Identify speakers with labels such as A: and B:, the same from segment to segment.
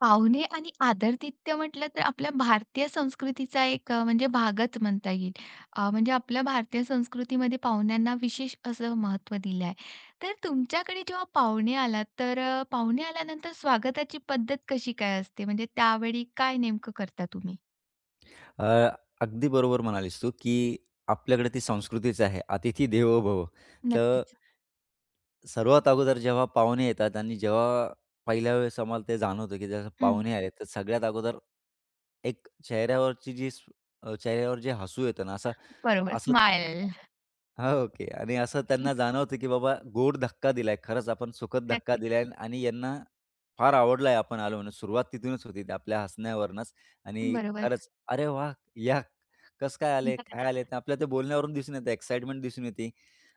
A: पाहुणे आणि आदरातिथ्य म्हटलं तर आपल्या भारतीय संस्कृतीचा एक म्हणजे भागच म्हणता येईल. म्हणजे आपल्या भारतीय संस्कृतीमध्ये पाहुण्यांना विशेष असं महत्त्व दिलं आहे. तर तुमच्याकडे जेव्हा पाहुणे आलात, तर पाहुणे आल्यानंतर स्वागताची पद्धत कशी काय असते? म्हणजे त्यावेळी काय नेमकं करता तुम्ही?
B: अ, अगदी बरोबर म्हणालीस तू, की आपल्याकडे ती संस्कृतीच आहे, "अतिथी देवो भव." तर
A: नक्कीच.
B: सर्वात अगोदर जेव्हा पाहुणे येतात आणि जेव्हा पहिल्या वेळेस आम्हाला ते जाणवतं, की जसं
A: हं.
B: पाहुणे आले, तर सगळ्यात अगोदर एक चेहऱ्यावरची जी चेहऱ्यावर जे हसू येतं ना, असं
A: बरोबर.
B: असं
A: स्माईल.
B: हां, ओके. आणि असं त्यांना जाणवतं, की बाबा गोड धक्का दिलाय. खरंच आपण सुखद धक्का
A: नक्कीच.
B: दिलाय आणि यांना फार आवडलाय आपण आलो म्हणून. सुरुवात तिथूनच होती आपल्या हसण्यावरूनच आणि
A: बरोबर.
B: खरंच, "अरे वाह! या कसं काय आले? काय आले?" तर आपल्या ते बोलण्यावरून दिसून येतं, एक्साइटमेंट दिसून येते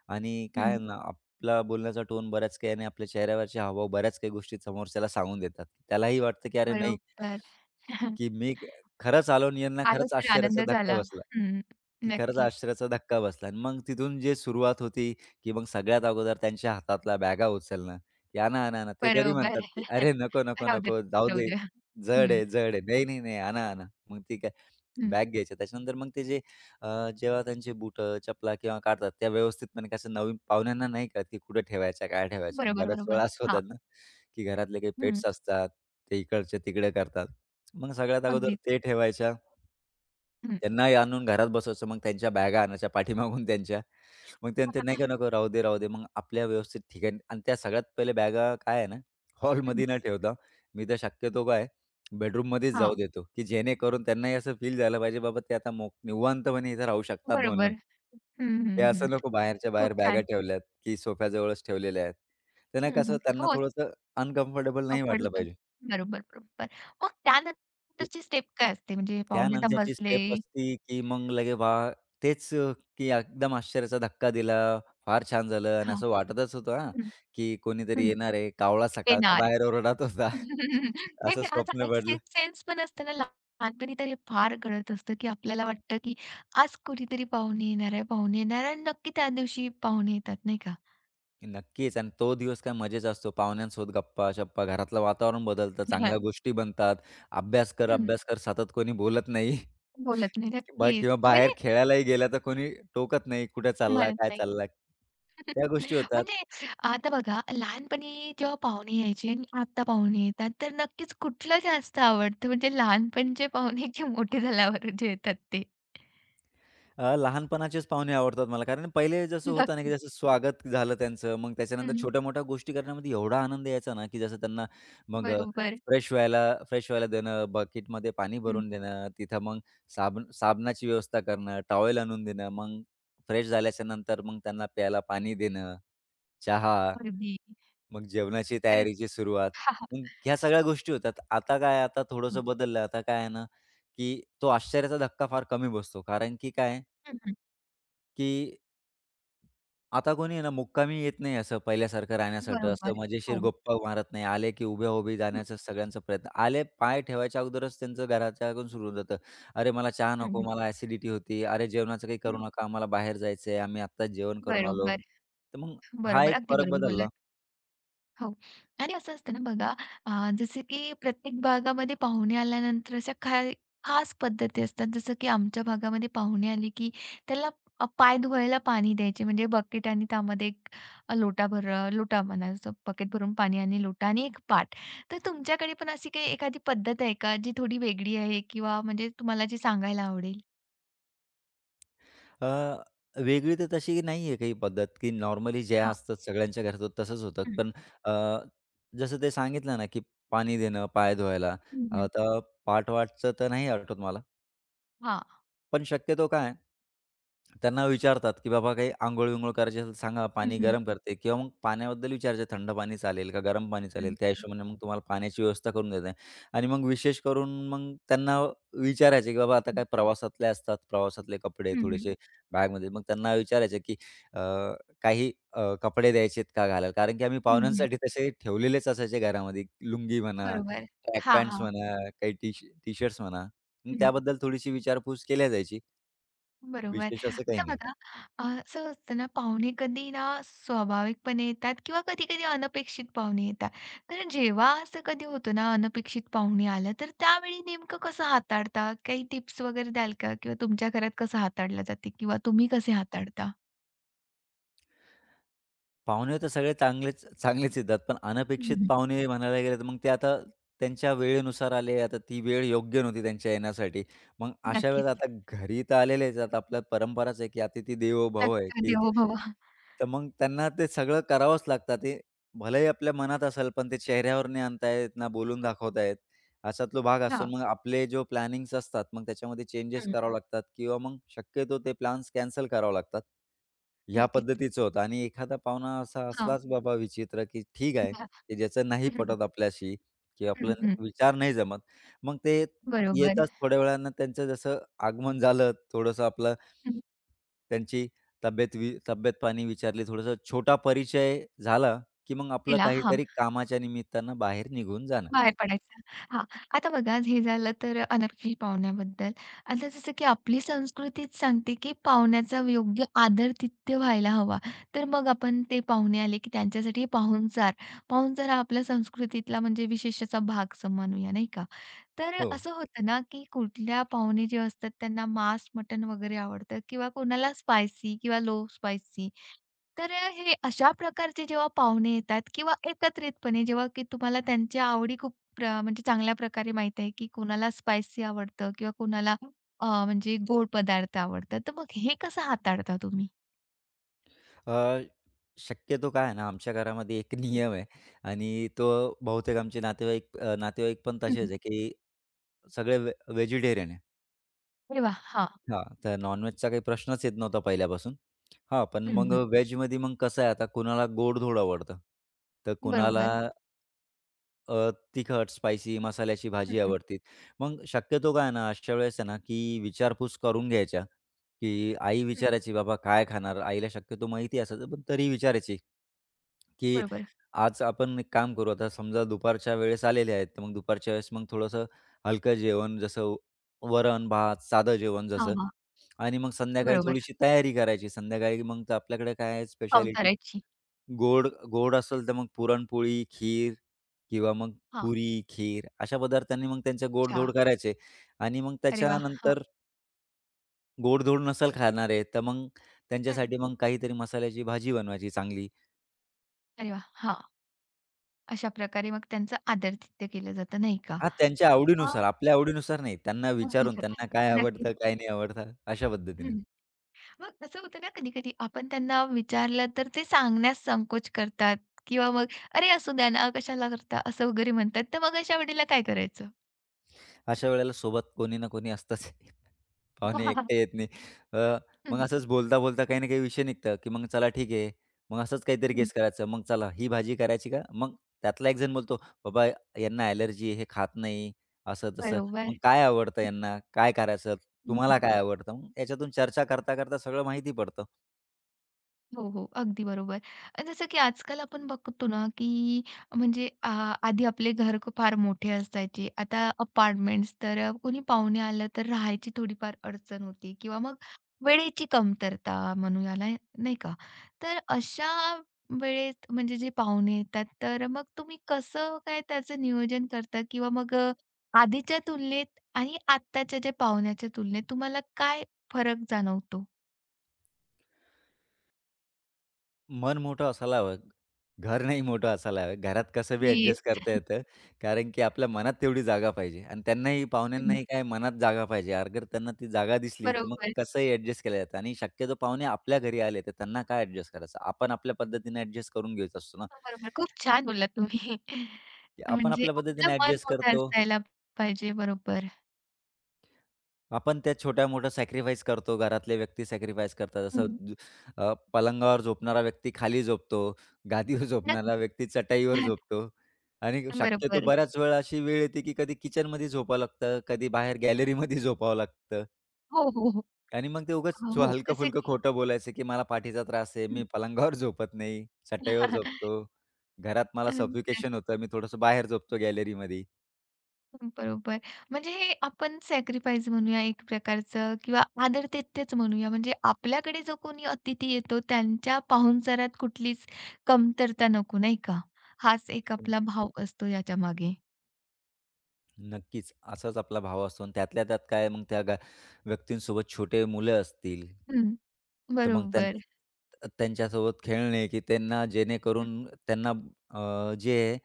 B: आणि काय आहे
A: हं.
B: ना, आपला बोलण्याचा टोन बऱ्याच काही आणि आपल्या चेहऱ्यावरचे हावभाव बऱ्याच काही गोष्टी समोरच्याला सांगून देतात. त्यालाही वाटतं, की अरे नाही
A: बरोबर.
B: की मी खरंच आलो आणि यांना
A: आलो
B: खरंच
A: तर
B: आश्चर्याचा
A: आनंद
B: धक्का
A: झाला.
B: बसला.
A: हं.
B: की खरंच
A: नक्कीच.
B: आश्चर्याचा धक्का बसला आणि मग तिथून जे सुरुवात होती, की मग सगळ्यात अगोदर त्यांच्या हातातला बॅगा उचलणं, की "आणा, आणा, आणा." ते तरी
A: बरोबर.
B: म्हणतात, की "अरे नको, नको,
A: राहू दे,
B: नको. जाऊ
A: राहू
B: दे.
A: दे.
B: जड
A: हं,
B: आहे, जड आहे." "नाही, नाही, नाही. आणा, आणा." मग ती काय
A: हं.
B: बॅग घ्यायच्या. त्याच्यानंतर मग ते अ, जेव्हा त्यांचे बुटं, चपला किंवा काढतात, त्या व्यवस्थितपणे कसं नवीन पाहुण्यांना नाही कळत, की कुठे ठेवायच्या, काय ठेवायच्या आणि
A: बरोबर,
B: बऱ्याच
A: बरोबर.
B: वेळा असं
A: हां.
B: होतात ना, की घरातले काही
A: हं.
B: पेट्स असतात, ते इकडचे तिकडे करतात. मग सगळ्यात अगोदर
A: अगदीच.
B: ते ठेवायच्या.
A: हं.
B: त्यांनाही आणून घरात बसवायचं. मग त्यांच्या बॅगा आणायच्या पाठीमागून त्यांच्या. मग त्यांचे नाही का नको राहू दे, राहू दे. मग आपल्या व्यवस्थित ठिकाणी आणि त्या सगळ्यात पहिले बॅगा काय आहे ना,
A: हं.
B: हॉलमध्ये न ठेवता मी तर शक्यतो काय बेडरूममध्येच जाऊ
A: हां.
B: देतो, की जेणेकरून त्यांनाही असं फील झालं पाहिजे बाबा ते आता निवांतपणे इथे राहू शकतात
A: बरोबर.
B: म्हणून.
A: हं,
B: ते
A: हं, हं.
B: असं नको बाहेरच्या
A: खूप
B: बाहेर बॅगा
A: छान.
B: ठेवल्यात, की सोफ्याजवळच ठेवलेल्या आहेत. त्यांना
A: हं,
B: कसं
A: हं.
B: त्यांना
A: हो,
B: थोडंसं अनकम्फर्टेबल नाही
A: अवघड
B: वाटलं
A: होतं.
B: पाहिजे.
A: बरोबर, बरोबर. मग त्यानंतरची स्टेप काय असते? म्हणजे पाहुणे आता
B: त्यानंतरची
A: बसले.
B: स्टेप असती, की मग लगे वा तेच अ, की एकदम आश्चर्याचा धक्का दिला. फार छान झालं आणि
A: हां.
B: असं वाटतच होतं हां,
A: हं,
B: की कोणीतरी
A: हं.
B: येणार आहे. कावळा सकाळचा
A: येणार.
B: बाहेर ओरडत होता.
A: नाही,
B: असं
A: पण असा
B: स्वप्न
A: एक
B: पडलं.
A: सिक्स्थ सेन्स पण असतं ना लहानपणी तर हे फार कळत असतं, की आपल्याला वाटतं, की आज कुणीतरी पाहुणे येणार आहे, पाहुणे येणार आहे आणि नक्की त्या दिवशी पाहुणे येतात, नाही का?
B: नक्कीच आणि तो दिवस काय मजेचा असतो. पाहुण्यांसोबत गप्पा-शप्पा, घरातलं वातावरण बदलतं, चांगल्या गोष्टी बनतात. अभ्यास कर,
A: हं.
B: अभ्यास कर, सतत कोणी बोलत नाही.
A: बोलत नाही.
B: किंवा
A: नक्कीच.
B: किंवा बाहेर
A: म्हणजे
B: खेळायलाही गेला तर कोणी टोकत नाही. कुठे चालला?
A: म्हणत
B: काय
A: नाही.
B: चालला? त्या गोष्टी होतात.
A: म्हणजे आता बघा लहानपणी जेव्हा पाहुणे यायचे आणि आता पाहुणे येतात, तर नक्कीच कुठलं जास्त आवडतं? म्हणजे लहानपणीचे पाहुणे की मोठे झाल्यावर जे येतात ते?
B: लहानपणाचेच पाहुणे आवडतात मला. कारण पहिले जसं होतं ना, की
A: नक्कीच.
B: जसं स्वागत झालं त्यांचं, मग त्याच्यानंतर
A: हं.
B: छोट्या-मोठ्या गोष्टी करण्यामध्ये एवढा आनंद यायचा ना, की जसं त्यांना मग
A: बरोबर.
B: फ्रेश व्हायला फ्रेश व्हायला देणं, बकेटमध्ये पाणी
A: हं.
B: भरून देणं, तिथं मग साबणाची व्यवस्था करणं, टॉवेल आणून देणं, मग फ्रेश झाल्याच्या नंतर मग त्यांना प्यायला पाणी देणं, चहा,
A: अगदी.
B: मग जेवणाची
A: खरंच.
B: तयारीची सुरुवात.
A: हां, हां.
B: मग ह्या सगळ्या गोष्टी होतात. आता काय आता थोडंसं बदललं. आता काय आहे ना, की तो आश्चर्याचा धक्का फार कमी बसतो. कारण की काय
A: हं, हं.
B: की आता कोणी आहे ना मुक्कामी येत नाही असं पहिल्यासारखं राहण्यासाठी, असं
A: बरोबर.
B: मजेशीर
A: हो.
B: गप्पा मारत नाही. आले की उभ्या-उभी
A: हं,
B: जाण्याचा सगळ्यांचा प्रयत्न. आले पाय ठेवायच्या अगोदरच त्यांचं घराच्याकडून सुरू होऊन जातं. "अरे मला चहा
A: हं,
B: नको,
A: हं.
B: मला ॲसिडिटी होती. अरे जेवणाचं काही करू नका, आम्हाला बाहेर जायचंय, आम्ही आत्ताच जेवण करून आलो."
A: बरोबर,
B: तर मग हा
A: बरोबर.
B: एक
A: अगदी
B: फरक
A: बरोबर
B: बदलला.
A: बोललात. हो. आणि असं असतं ना बघा, जसं की प्रत्येक भागामध्ये पाहुणे आल्यानंतर अशा काही खास पद्धती असतात. जसं की आमच्या भागामध्ये पाहुणे आले की त्याला पाय धुवायला पाणी द्यायचे. म्हणजे बकेट आणि त्यामध्ये एक लोटा भर लोटा म्हणायचं, बकेट भरून पाणी आणि लोटा आणि एक पाट. तर तुमच्याकडे पण अशी काही एखादी पद्धत आहे का, जी थोडी वेगळी आहे किंवा म्हणजे तुम्हाला जी सांगायला आवडेल?
B: अ, वेगळी तर तशी नाही आहे काही पद्धत, की नॉर्मली ज्या
A: हां.
B: असतात सगळ्यांच्या घरात तसंच होतं.
A: हं.
B: पण अ, जसं ते सांगितलं ना, की पाणी देणं, पाय धुवायला.
A: हं, हं.
B: आता पाट तर नाही आठवत मला.
A: हां.
B: पण शक्यतो काय आहे, त्यांना विचारतात, की "बाबा काही अंघोळ-बिंघोळ करायची असेल तर सांगा,
A: हं,
B: पाणी
A: हं.
B: गरम करते" किंवा मग पाण्याबद्दल विचारायचं, "थंड पाणी चालेल का गरम पाणी चालेल?"
A: हं.
B: त्या हिशोबाने मग तुम्हाला पाण्याची व्यवस्था करून देते. आणि मग विशेष करून मग त्यांना विचारायचे, की "बाबा आता
A: हं.
B: काय प्रवासातले असतात, प्रवासातले कपडे
A: हं,
B: थोडेसे बॅगमध्ये" मग त्यांना विचारायचे, की अ, "काही कपडे द्यायचे आहेत का घालायला?" कारण की आम्ही पाहुण्यांसाठी तसे ठेवलेलेच असायचे घरामध्ये. लुंगी म्हणा,
A: बरोबर.
B: ट्रॅक
A: हां,
B: पॅन्ट्स
A: हां.
B: म्हणा, काही टी टी शर्ट्स म्हणा. मग त्याबद्दल थोडीशी विचारपूस केल्या जायची.
A: बरोबर.
B: विशेष असं काही
A: आता
B: नाही.
A: बघा, असं असतं ना पाहुणे कधी ना स्वाभाविकपणे येतात किंवा कधी-कधी अनपेक्षित पाहुणे येतात. तर जेव्हा असं कधी होतं ना अनपेक्षित पाहुणे आलं, तर त्यावेळी नेमकं कसं हाताळता? काही टिप्स वगैरे द्याल का? किंवा तुमच्या घरात कसं हाताळलं जाते किंवा तुम्ही कसे हाताळता?
B: पाहुणे तर सगळे चांगलेच चांगलेच येतात. पण अनपेक्षित
A: हं,
B: पाहुणे म्हणायला गेले तर मग ते आता त्यांच्या वेळेनुसार आले. आता ती वेळ योग्य नव्हती त्यांच्या येण्यासाठी. मग अशा वेळेस
A: नक्कीच.
B: आता घरी तर आलेलेच आहेत. आता आपल्या परंपराच आहे, की अतिथी देवो भव आहे,
A: नक्कीच.
B: की
A: देवो भव.
B: तर मग त्यांना ते सगळं करावंच लागतं. ते भलेही आपल्या मनात असेल, पण ते चेहऱ्यावर नाही आणता ना बोलून दाखवता अशातला भाग असून
A: हां.
B: मग आपले जो प्लॅनिंग्स असतात, मग त्याच्यामध्ये चेंजेस
A: हं.
B: करावे लागतात किंवा मग शक्यतो ते प्लॅन्स कॅन्सल करावे लागतात. ह्या
A: नक्कीच.
B: पद्धतीचं होतं आणि एखादा पाहुणा असा
A: हां.
B: असलाच बाबा विचित्र, की ठीक आहे, की ज्याचं नाही पटत आपल्याशी किंवा
A: हं,
B: आपला
A: हं.
B: विचार नाही जमत. मग ते
A: बरोबर.
B: येताच थोड्या वेळानं त्यांचं जसं आगमन झालं, थोडंसं आपलं
A: हं.
B: त्यांची तब्येत-पाणी विचारली, थोडासा छोटा परिचय झाला, की मग आपलं
A: तिला हां.
B: काहीतरी कामाच्या निमित्तानं बाहेर निघून जाणं.
A: बाहेर पडायचं. हां. आता बघा, हे झालं तर अनोळखी पाहुण्याबद्दल. आता जसं की आपली संस्कृतीच सांगते, की पाहुण्याचा योग्य आदरातिथ्य व्हायला हवा. तर मग आपण, ते पाहुणे आले, की त्यांच्यासाठी पाहुणचार. पाहुणचार हा आपल्या संस्कृतीतला म्हणजे विशेष भाग असं म्हणूया, नाही का? तर
B: हो.
A: असं होतं ना, की कुठल्या पाहुणे जे असतात त्यांना मांस, मटण वगैरे आवडतं किंवा कोणाला स्पायसी किंवा लो स्पायसी, तर हे अशा प्रकारचे जेव्हा पाहुणे येतात किंवा एकत्रितपणे, जेव्हा की तुम्हाला त्यांच्या आवडी खूप म्हणजे चांगल्या प्रकारे माहीत आहे, की कोणाला स्पायसी आवडतं किंवा कोणाला म्हणजे गोड पदार्थ आवडतात. तर मग हे कसं हाताळता तुम्ही?
B: अ, शक्यतो काय आहे ना, आमच्या घरामध्ये एक नियम आहे आणि तो बहुतेक आमचे नातेवाईक पण
A: हं,
B: तसेच आहे, की सगळे व्हेजिटेरियन आहे.
A: अरे वाह! हां.
B: हां, तर नॉन-व्हेजचा काही प्रश्नच येत नव्हता पहिल्यापासून. हां, पण
A: हं,
B: मग
A: हं.
B: व्हेजमध्ये मग कसं आहे आता कुणाला गोड-धोड आवडतं, तर कुणाला
A: बरोबर.
B: हां. अ, तिखट, स्पायसी मसाल्याची
A: हं,
B: भाजी हं.
A: हं,
B: आवडते. मग शक्यतो काय आहे ना, अशा वेळेस आहे ना, की विचारपूस करून घ्यायच्या, की आई
A: हं.
B: विचारायची, "बाबा काय खाणार?" आईला शक्यतो माहिती असायचं, पण तरी विचारायची, की
A: बरोबर.
B: "आज आपण एक काम करू, आता समजा दुपारच्या वेळेस आलेले आहेत, तर मग दुपारच्या वेळेस मग थोडंसं हलकं जेवण, जसं वरण-भात, साधं जेवण
A: हां,
B: जसं
A: हां.
B: आणि मग संध्याकाळी
A: बरोबर.
B: थोडीशी तयारी करायची. संध्याकाळी मग तर आपल्याकडे काय आहे स्पेशालिटी
A: पाहुणचाराची.
B: गोड गोड असेल तर मग पुरणपोळी, खीर किंवा मग
A: हां.
B: पुरी, खीर अशा पदार्थांनी मग त्यांचे
A: अच्छा.
B: गोडधोड करायचे आणि मग
A: अरे वाह! हां.
B: त्याच्यानंतर गोडधोड नसेल खाणारे, तर मग
A: हं.
B: त्यांच्यासाठी मग काहीतरी मसाल्याची भाजी बनवायची चांगली.
A: अरे वाह! हां. अशा प्रकारे मग त्यांचं आदरातिथ्य केलं जातं, नाही का?
B: हां, त्यांच्या
A: अ,
B: आवडीनुसार, आपल्या आवडीनुसार नाही. त्यांना विचारून त्यांना काय
A: नक्कीच.
B: आवडतं, काय नाही आवडतं अशा पद्धतीनं.
A: मग असं होतं ना कधी-कधी आपण त्यांना विचारलं तर ते सांगण्यास संकोच करतात किंवा मग, "अरे, असू द्या ना, कशाला करता?" असं वगैरे म्हणतात. तर मग अशा वेळेला काय करायचं?
B: अशा वेळेला सोबत कोणी ना कोणी असतंच. पाहुणे एकटे येत नाही. अ, मग
A: हं,
B: असंच बोलता-बोलता काही ना काही विषय निघतं, की मग चला ठीक आहे. मग असंच काहीतरी
A: हं.
B: गेस करायचं. मग चला ही भाजी करायची का? मग त्यातला एक जण बोलतो, "बाबा यांना एलर्जी हे खात नाही." असं-तसं. "मग
A: बरोबर.
B: काय आवडतं यांना? काय करायचं? तुम्हाला काय आवडतं?" मग याच्यातून चर्चा करता-करता सगळं माहिती पडतं.
A: हो, हो. अगदी बरोबर. जसं की आजकाल आपण बघतो ना, की म्हणजे आधी आपले घर फार मोठे असायचे. आता अपार्टमेंट्स, तर कोणी पाहुणे आलं तर राहायची थोडीफार अडचण होती किंवा मग वेळेची कमतरता म्हणू याला, नाही का? तर अशा वेळेत म्हणजे जे पाहुणे येतात, तर मग तुम्ही कसं काय त्याचं नियोजन करता किंवा मग, आधीच्या तुलनेत आणि आत्ताच्या ज्या पाहुण्याच्या तुलनेत तुम्हाला काय फरक जाणवतो?
B: मन मोठं असायला हवं. घर नाही मोठं असायला हवं. घरात कसं बी
A: येस.
B: ॲडजस्ट करता येतं. कारण की आपल्या मनात तेवढी जागा पाहिजे आणि त्यांनाही पाहुण्यांनाही काय मनात जागा पाहिजे. अगर त्यांना ती जागा दिसली, तर मग
A: बरोबर.
B: कसंही ॲडजस्ट केलं जातं आणि शक्यतो पाहुणे आपल्या घरी आले, तर त्यांना काय ॲडजस्ट करायचं? आपण आपल्या पद्धतीने ॲडजस्ट करून घ्यायचं असतो ना.
A: बरोबर. खूप छान बोललात तुम्ही.
B: की आपण
A: म्हणजे
B: आपल्या
A: आपलं
B: पद्धतीने
A: मन
B: ॲडजस्ट
A: मोठं
B: करतो.
A: असायला पाहिजे. बरोबर.
B: आपण त्या छोट्या-मोठ्या सॅक्रिफाईस करतो. घरातले व्यक्ती सॅक्रिफाईस करतात. जसं
A: हं.
B: पलंगावर झोपणारा व्यक्ती खाली झोपतो, गादीवर
A: नक्कीच.
B: झोपणारा व्यक्ती चटाईवर झोपतो आणि शक्यतो
A: बरोबर.
B: बऱ्याच वेळा अशी वेळ येते, की कधी किचनमध्ये झोपावं लागतं, कधी बाहेर गॅलरीमध्ये झोपावं लागतं
A: हो, हो, हो.
B: आणि मग ते उगाच
A: हो, हो. जसं
B: हलकं-फुलकं
A: की,
B: खोटं बोलायचं, की मला पाठीचा त्रास आहे, मी पलंगावर झोपत नाही, चटाईवर झोपतो. घरात मला
A: अ,
B: सफोकेशन होतं, मी थोडंसं बाहेर झोपतो गॅलरीमध्ये.
A: बरोबर. म्हणजे हे आपण सॅक्रिफाईस म्हणूया एक प्रकारचं किंवा आदरातिथ्यच म्हणूया. म्हणजे आपल्याकडे जो कोणी अतिथी येतो त्यांच्या पाहुणचारात कुठलीच कमतरता नको, नाही का? हाच एक आपला भाव असतो याच्यामागे.
B: नक्कीच. असाच आपला भाव असतो आणि त्यातल्या त्यात काय मग त्या व्यक्तींसोबत छोटे मुलं असतील,
A: हं.
B: तर मग
A: बरोबर.
B: त्यांच्यासोबत खेळणे, की त्यांना
A: हं,
B: जेणेकरून त्यांना जे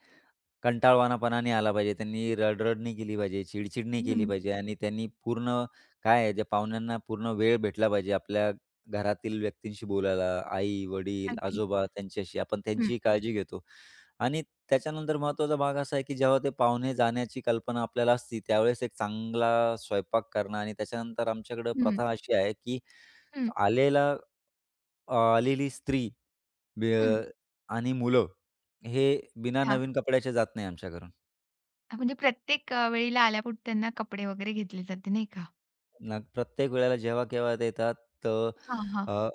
B: कंटाळवाणापणा नाही आला पाहिजे. त्यांनी रड नाही केली पाहिजे, चिडचिड नाही केली
A: हं.
B: पाहिजे आणि त्यांनी पूर्ण काय आहे, ज्या पाहुण्यांना पूर्ण वेळ भेटला पाहिजे आपल्या घरातील व्यक्तींशी बोलायला. आई, वडील,
A: अगदीच.
B: आजोबा त्यांच्याशी आपण
A: हं,
B: त्यांचीही काळजी घेतो आणि त्याच्यानंतर महत्त्वाचा भाग असा आहे, की जेव्हा ते पाहुणे जाण्याची कल्पना आपल्याला असती, त्यावेळेस एक चांगला स्वयंपाक करणं आणि त्याच्यानंतर आमच्याकडं
A: हं.
B: प्रथा अशी आहे, की
A: हं,
B: आलेला आलेली स्त्री बी
A: हं.
B: आणि मुलं हे बिना
A: हां.
B: नवीन कपड्याचे जात नाही आमच्या
A: म्हणजे प्रत्येक वेळेला आल्यापुरते त्यांना कपडे वगैरे घेतले जाते, नाही का?
B: ना प्रत्येक वेळेला जेव्हा केव्हा ते येतात, तर
A: हां, हां.
B: अ,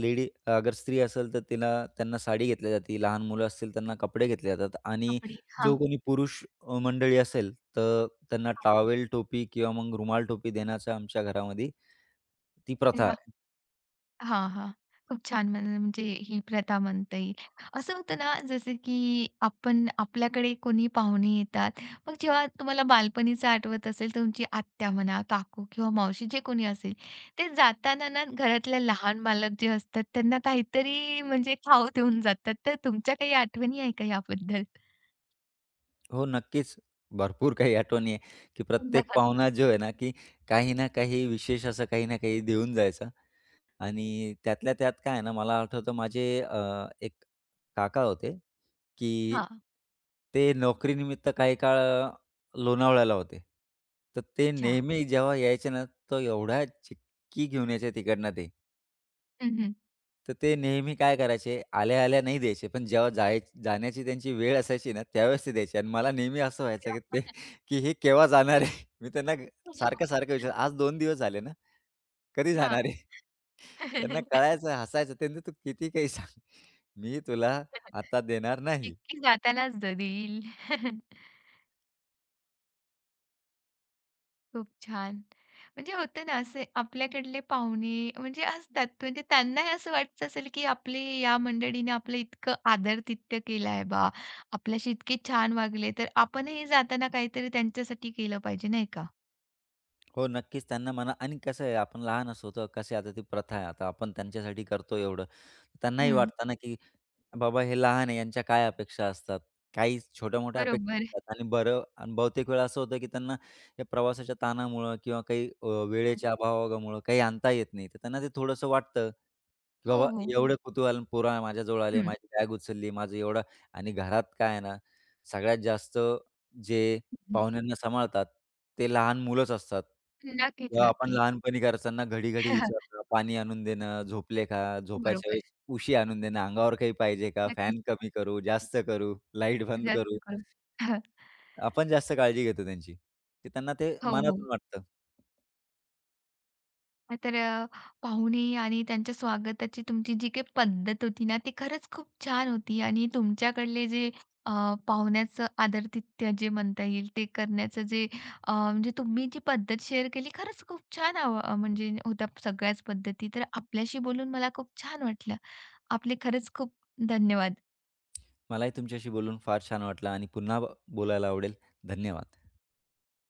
B: लेडी अगर स्त्री असेल तर तिला त्यांना साडी घेतली जाते, लहान मुलं असतील त्यांना कपडे घेतले जातात आणि
A: कपडे.
B: जो
A: हां,
B: कोणी पुरुष मंडळी असेल, तर त्यांना
A: हां.
B: टॉवेल टोपी किंवा मग रुमाल टोपी देण्याचा आमच्या घरामध्ये ती
A: अरे
B: प्रथा
A: वाह!
B: आहे.
A: हां, हां. खूप छान, म्हणजे ही प्रथा म्हणता येईल. असं होतं ना, जसं की आपण, आपल्याकडे कोणी पाहुणे येतात, मग जेव्हा तुम्हाला बालपणीचं आठवत असेल, तुमची आत्या म्हणा, काकू किंवा मावशी जे कोणी असेल, ते जाताना ना घरातल्या लहान बालक जे असतात, त्यांना काहीतरी म्हणजे खाऊ देऊन जातात. तर तुमच्या काही आठवणी आहे का याबद्दल?
B: हो, नक्कीच. भरपूर काही आठवणी आहे, की प्रत्येक पाहुणा जो आहे ना, की काही ना काही विशेष असं काही ना काही देऊन जायचा आणि त्यातल्या त्यात काय आहे ना, मला आठवतं माझे एक काका होते, की
A: हां.
B: ते नोकरीनिमित्त काही काळ लोणावळ्याला होते. तर ते
A: अच्छा.
B: नेहमी जेव्हा यायचे ना, तर एवढ्या चिक्की घेऊन यायचे तिकडनं ते.
A: हं, हं.
B: तर ते नेहमी काय करायचे, आल्या-आल्या नाही द्यायचे, पण जेव्हा जाण्याची त्यांची वेळ असायची ना, त्यावेळेस ते द्यायचे. आणि मला नेहमी असं व्हायचं, की ते की हे केव्हा जाणार आहे? मी त्यांना सारखं-सारखं विचारायचो, "आज 2 दिवस झाले ना, कधी जाणार
A: हां.
B: आहे?" त्यांना कळायचं, हसायचं. त्यांनी, "तू किती काही सांग, मी तुला आता देणार नाही."
A: चिक्की जातानाच देईल. खूप छान. म्हणजे होतं ना असे आपल्याकडले पाहुणे म्हणजे असतात, म्हणजे त्यांनाही असं वाटत असेल, की आपली या मंडळीने आपलं इतकं आदरातिथ्य केलं आहे बा, आपल्याशी इतके छान वागले, तर आपणही जाताना काहीतरी त्यांच्यासाठी केलं पाहिजे नाही का?
B: हो, नक्कीच त्यांना म्हणा आणि कसं आहे आपण लहान असतो तर कसे आता ती प्रथा आहे आता आपण त्यांच्यासाठी करतो एवढं. त्यांनाही हं.
A: हं.
B: वाटतं ना, की बाबा हे लहान आहे यांच्या काय अपेक्षा असतात. काही छोट्या-मोठ्या
A: बरोबर.
B: अपेक्षा असतात आणि बरं आणि बहुतेक वेळा असं होतं, की त्यांना या प्रवासाच्या ताणामुळं किंवा काही
A: हं.
B: वेळेच्या अभावामुळं काही आणता येत नाही. तर त्यांना ते थोडंसं वाटतं, की
A: हो,
B: बाबा
A: हो.
B: एवढं कुतूहल पोरं माझ्याजवळ आले,
A: हं.
B: माझी बॅग उचलली, माझं एवढं आणि घरात काय आहे ना, सगळ्यात जास्त जे
A: हं.
B: पाहुण्यांना सांभाळतात. ते लहान मुलंच असतात.
A: नक्कीच,
B: किंवा आपण
A: नक्की.
B: लहानपणी घरच्यांना घडी-घडी विचारणं, पाणी आणून देणं, झोपले का? झोपायच्या
A: बरोबर.
B: वेळेस उशी आणून देणं, अंगावर काही पाहिजे का?
A: नक्कीच.
B: फॅन कमी करू, जास्त करू, लाईट बंद करू.
A: जास्त करून.
B: आपण जास्त काळजी घेतो त्यांची. की त्यांना ते
A: हो, हो.
B: मनातून वाटतं.
A: तर पाहुणे आणि त्यांच्या स्वागताची तुमची जी काही पद्धत होती ना, ती खरंच खूप छान होती आणि तुमच्याकडले जे पाहुण्याचं आदरातिथ्य जे म्हणता येईल, ते करण्याचं जे, म्हणजे तुम्ही जी पद्धत शेअर केली, खरंच खूप छान म्हणजे होत्या सगळ्याच पद्धती. तर आपल्याशी बोलून मला खूप छान वाटलं. आपले खरंच खूप धन्यवाद.
B: मलाही तुमच्याशी बोलून फार छान वाटलं आणि पुन्हा बोलायला आवडेल. धन्यवाद.